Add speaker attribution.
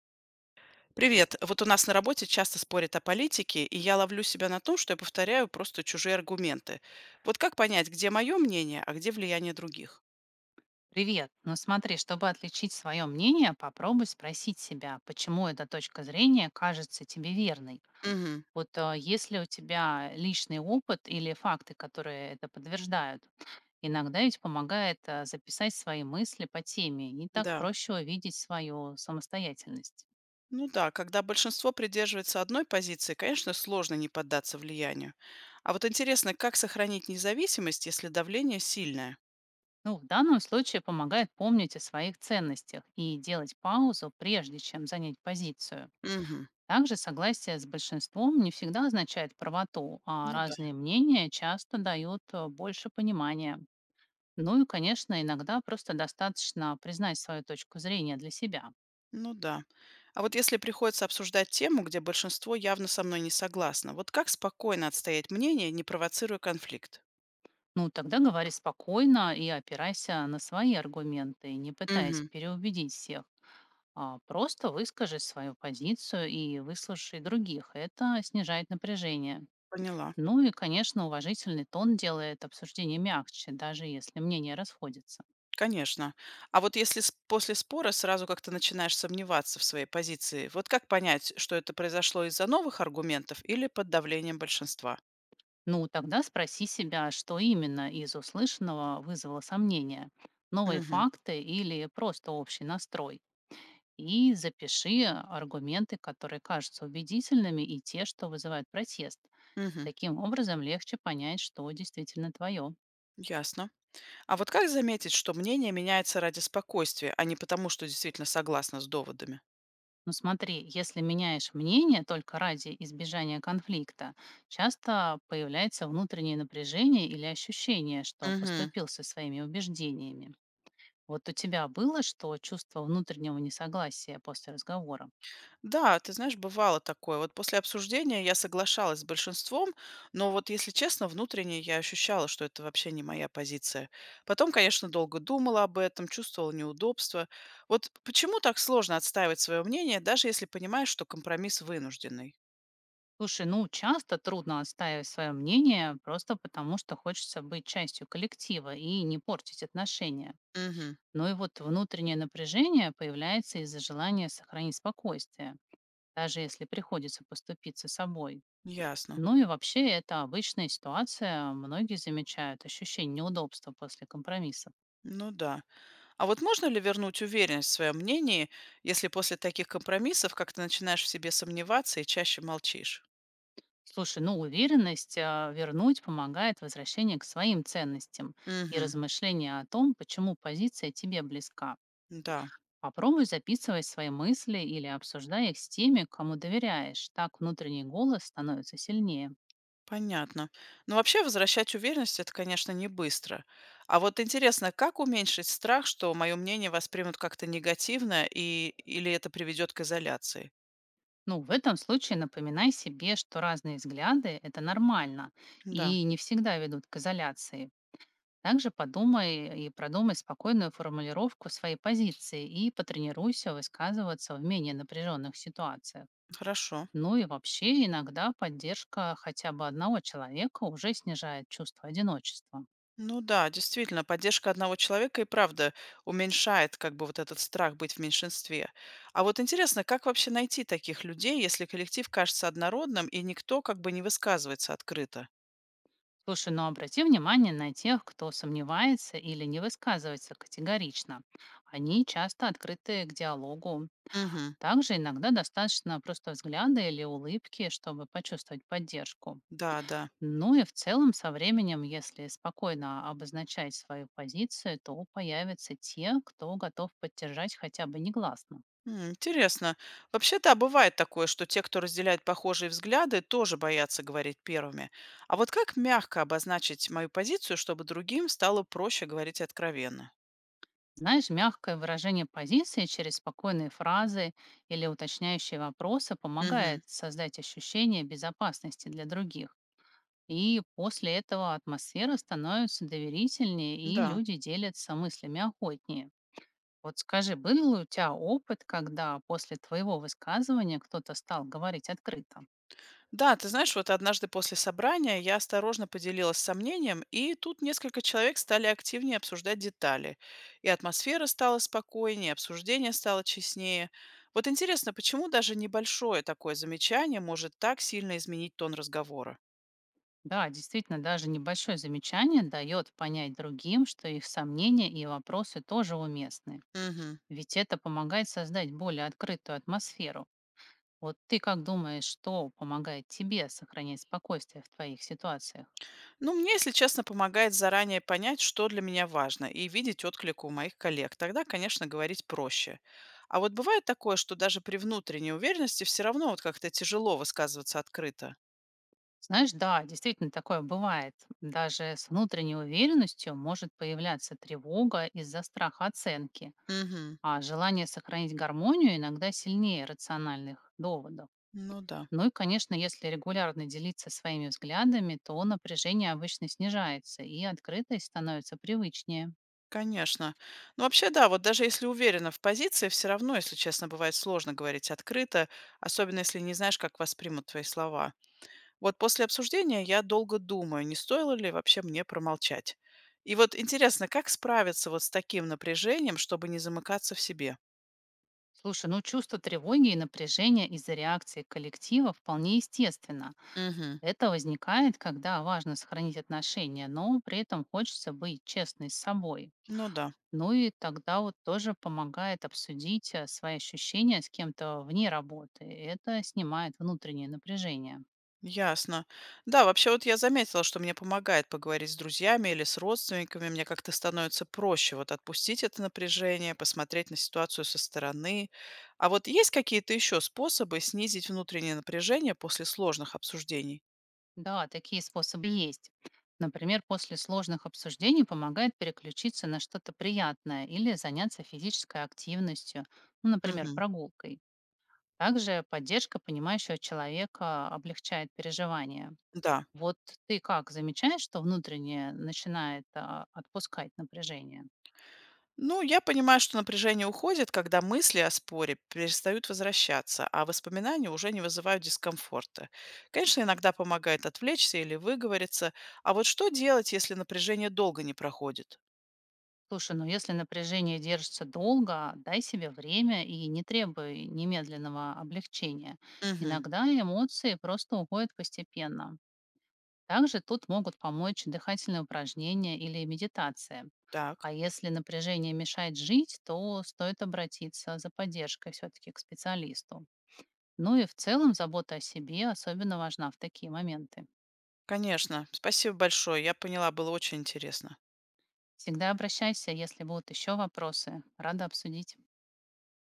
Speaker 1: Привет. Вот у нас на работе часто спорят о политике, и я ловлю себя на том, что я повторяю просто чужие аргументы. Вот как понять, где мое мнение, а где влияние других?
Speaker 2: Привет. Ну смотри, чтобы отличить свое мнение, попробуй спросить себя, почему эта точка зрения кажется тебе верной.
Speaker 1: Мгм.
Speaker 2: Вот есть ли у тебя личный опыт или факты, которые это подтверждают? Иногда ведь помогает записать свои мысли по теме, и так
Speaker 1: Да.
Speaker 2: проще увидеть свою самостоятельность.
Speaker 1: Ну да, когда большинство придерживается одной позиции, конечно, сложно не поддаться влиянию. А вот интересно, как сохранить независимость, если давление сильное?
Speaker 2: Ну, в данном случае помогает помнить о своих ценностях и делать паузу, прежде чем занять позицию.
Speaker 1: Мгм.
Speaker 2: Также согласие с большинством не всегда означает правоту, а
Speaker 1: Ну да,
Speaker 2: разные мнения часто дают больше понимания. Ну и, конечно, иногда просто достаточно признать свою точку зрения для себя.
Speaker 1: ну да. А вот если приходится обсуждать тему, где большинство явно со мной не согласно, вот как спокойно отстоять мнение, не провоцируя конфликт?
Speaker 2: Ну, тогда говори спокойно и опирайся на свои аргументы, не пытаясь
Speaker 1: Мгм.
Speaker 2: переубедить всех. Просто выскажи свою позицию и выслушай других. Это снижает напряжение.
Speaker 1: Поняла.
Speaker 2: Ну и, конечно, уважительный тон делает обсуждение мягче, даже если мнения расходятся.
Speaker 1: Конечно. А вот если после спора сразу как-то начинаешь сомневаться в своей позиции, вот как понять, что это произошло из-за новых аргументов или под давлением большинства?
Speaker 2: Ну, тогда спроси себя, что именно из услышанного вызвало сомнения, новые
Speaker 1: Мгм.
Speaker 2: факты или просто общий настрой. И запиши аргументы, которые кажутся убедительными, и те, что вызывают протест.
Speaker 1: Мгм.
Speaker 2: Таким образом легче понять, что действительно твое.
Speaker 1: Ясно. А вот как заметить, что мнение меняется ради спокойствия, а не потому, что действительно согласна с доводами?
Speaker 2: Но смотри, если меняешь мнение только ради избежания конфликта, часто появляется внутреннее напряжение или ощущение, что
Speaker 1: Мгм.
Speaker 2: поступил со своими убеждениями. Вот у тебя было что чувство внутреннего несогласия после разговора?
Speaker 1: Да, ты знаешь, бывало такое. Вот после обсуждения я соглашалась с большинством, но вот, если честно, внутренне я ощущала, что это вообще не моя позиция. Потом, конечно, долго думала об этом, чувствовала неудобство. Вот почему так сложно отстаивать свое мнение, даже если понимаешь, что компромисс вынужденный?
Speaker 2: Слушай, ну часто трудно отстаивать свое мнение просто потому, что хочется быть частью коллектива и не портить отношения.
Speaker 1: Угу,
Speaker 2: Но и вот внутреннее напряжение появляется из-за желания сохранить спокойствие, даже если приходится поступиться собой.
Speaker 1: ясно.
Speaker 2: Ну и вообще это обычная ситуация, многие замечают ощущение неудобства после компромисса.
Speaker 1: Ну да. А вот можно ли вернуть уверенность в своем мнении, если после таких компромиссов как-то начинаешь в себе сомневаться и чаще молчишь?
Speaker 2: Слушай, ну уверенность вернуть помогает возвращение к своим ценностям и
Speaker 1: Угу,
Speaker 2: размышление о том, почему позиция тебе близка.
Speaker 1: да.
Speaker 2: Попробуй записывать свои мысли или обсуждай их с теми, кому доверяешь. Так внутренний голос становится сильнее.
Speaker 1: Понятно. Но вообще возвращать уверенность это, конечно, не быстро. А вот интересно, как уменьшить страх, что мое мнение воспримут как-то негативно и или это приведет к изоляции?
Speaker 2: Ну, в этом случае напоминай себе, что разные взгляды — это нормально
Speaker 1: Да,
Speaker 2: и не всегда ведут к изоляции. Также подумай и продумай спокойную формулировку своей позиции и потренируйся высказываться в менее напряженных ситуациях.
Speaker 1: хорошо.
Speaker 2: Ну и вообще иногда поддержка хотя бы одного человека уже снижает чувство одиночества.
Speaker 1: Ну да, действительно, поддержка одного человека и правда уменьшает как бы вот этот страх быть в меньшинстве. А вот интересно, как вообще найти таких людей, если коллектив кажется однородным и никто как бы не высказывается открыто?
Speaker 2: Слушай, ну обрати внимание на тех, кто сомневается или не высказывается категорично. Они часто открыты к диалогу.
Speaker 1: Угу.
Speaker 2: Также иногда достаточно просто взгляда или улыбки, чтобы почувствовать поддержку.
Speaker 1: Да, да.
Speaker 2: Ну и в целом со временем, если спокойно обозначать свою позицию, то появятся те, кто готов поддержать хотя бы негласно.
Speaker 1: М, интересно. Вообще, да, бывает такое, что те, кто разделяет похожие взгляды, тоже боятся говорить первыми. А вот как мягко обозначить мою позицию, чтобы другим стало проще говорить откровенно?
Speaker 2: Знаешь, мягкое выражение позиции через спокойные фразы или уточняющие вопросы
Speaker 1: Мгм.
Speaker 2: помогает создать ощущение безопасности для других. И после этого атмосфера становится доверительнее, и
Speaker 1: Да.
Speaker 2: люди делятся мыслями охотнее. Вот скажи, был ли у тебя опыт, когда после твоего высказывания кто-то стал говорить открыто?
Speaker 1: Да, ты знаешь, вот однажды после собрания я осторожно поделилась сомнением, и тут несколько человек стали активнее обсуждать детали. И атмосфера стала спокойнее, обсуждение стало честнее. Вот интересно, почему даже небольшое такое замечание может так сильно изменить тон разговора?
Speaker 2: Да, действительно, даже небольшое замечание дает понять другим, что их сомнения и вопросы тоже уместны.
Speaker 1: Мгм.
Speaker 2: Ведь это помогает создать более открытую атмосферу. Вот ты как думаешь, что помогает тебе сохранять спокойствие в твоих ситуациях?
Speaker 1: Ну, мне, если честно, помогает заранее понять, что для меня важно, и видеть отклик у моих коллег. Тогда, конечно, говорить проще. А вот бывает такое, что даже при внутренней уверенности все равно вот как-то тяжело высказываться открыто.
Speaker 2: Знаешь, да, действительно такое бывает. Даже с внутренней уверенностью может появляться тревога из-за страха оценки,
Speaker 1: Угу.
Speaker 2: а желание сохранить гармонию иногда сильнее рациональных доводов.
Speaker 1: Ну да,
Speaker 2: Ну и, конечно, если регулярно делиться своими взглядами, то напряжение обычно снижается, и открытость становится привычнее.
Speaker 1: конечно. Ну вообще да, вот даже если уверена в позиции, все равно, если честно, бывает сложно говорить открыто, особенно если не знаешь, как воспримут твои слова. Вот после обсуждения я долго думаю, не стоило ли вообще мне промолчать. И вот интересно, как справиться вот с таким напряжением, чтобы не замыкаться в себе?
Speaker 2: Слушай, ну чувство тревоги и напряжения из-за реакции коллектива вполне естественно.
Speaker 1: Угу.
Speaker 2: Это возникает, когда важно сохранить отношения, но при этом хочется быть честной с собой.
Speaker 1: Ну да,
Speaker 2: Ну и тогда вот тоже помогает обсудить свои ощущения с кем-то вне работы. Это снимает внутреннее напряжение.
Speaker 1: ясно. Да, вообще вот я заметила, что мне помогает поговорить с друзьями или с родственниками. Мне как-то становится проще вот отпустить это напряжение, посмотреть на ситуацию со стороны. А вот есть какие-то еще способы снизить внутреннее напряжение после сложных обсуждений?
Speaker 2: Да, такие способы есть. Например, после сложных обсуждений помогает переключиться на что-то приятное или заняться физической активностью, ну, например,
Speaker 1: Угу.
Speaker 2: прогулкой. Также поддержка понимающего человека облегчает переживания.
Speaker 1: Да.
Speaker 2: Вот ты как замечаешь, что внутреннее начинает отпускать напряжение?
Speaker 1: Ну, я понимаю, что напряжение уходит, когда мысли о споре перестают возвращаться, а воспоминания уже не вызывают дискомфорта. Конечно, иногда помогает отвлечься или выговориться. А вот что делать, если напряжение долго не проходит?
Speaker 2: Слушай, ну если напряжение держится долго, дай себе время и не требуй немедленного облегчения.
Speaker 1: Угу,
Speaker 2: Иногда эмоции просто уходят постепенно. Также тут могут помочь дыхательные упражнения или медитация.
Speaker 1: так,
Speaker 2: А если напряжение мешает жить, то стоит обратиться за поддержкой все-таки к специалисту. Ну и в целом забота о себе особенно важна в такие моменты.
Speaker 1: конечно. Спасибо большое. Я поняла, было очень интересно.
Speaker 2: Всегда обращайся, если будут еще вопросы. Рада обсудить.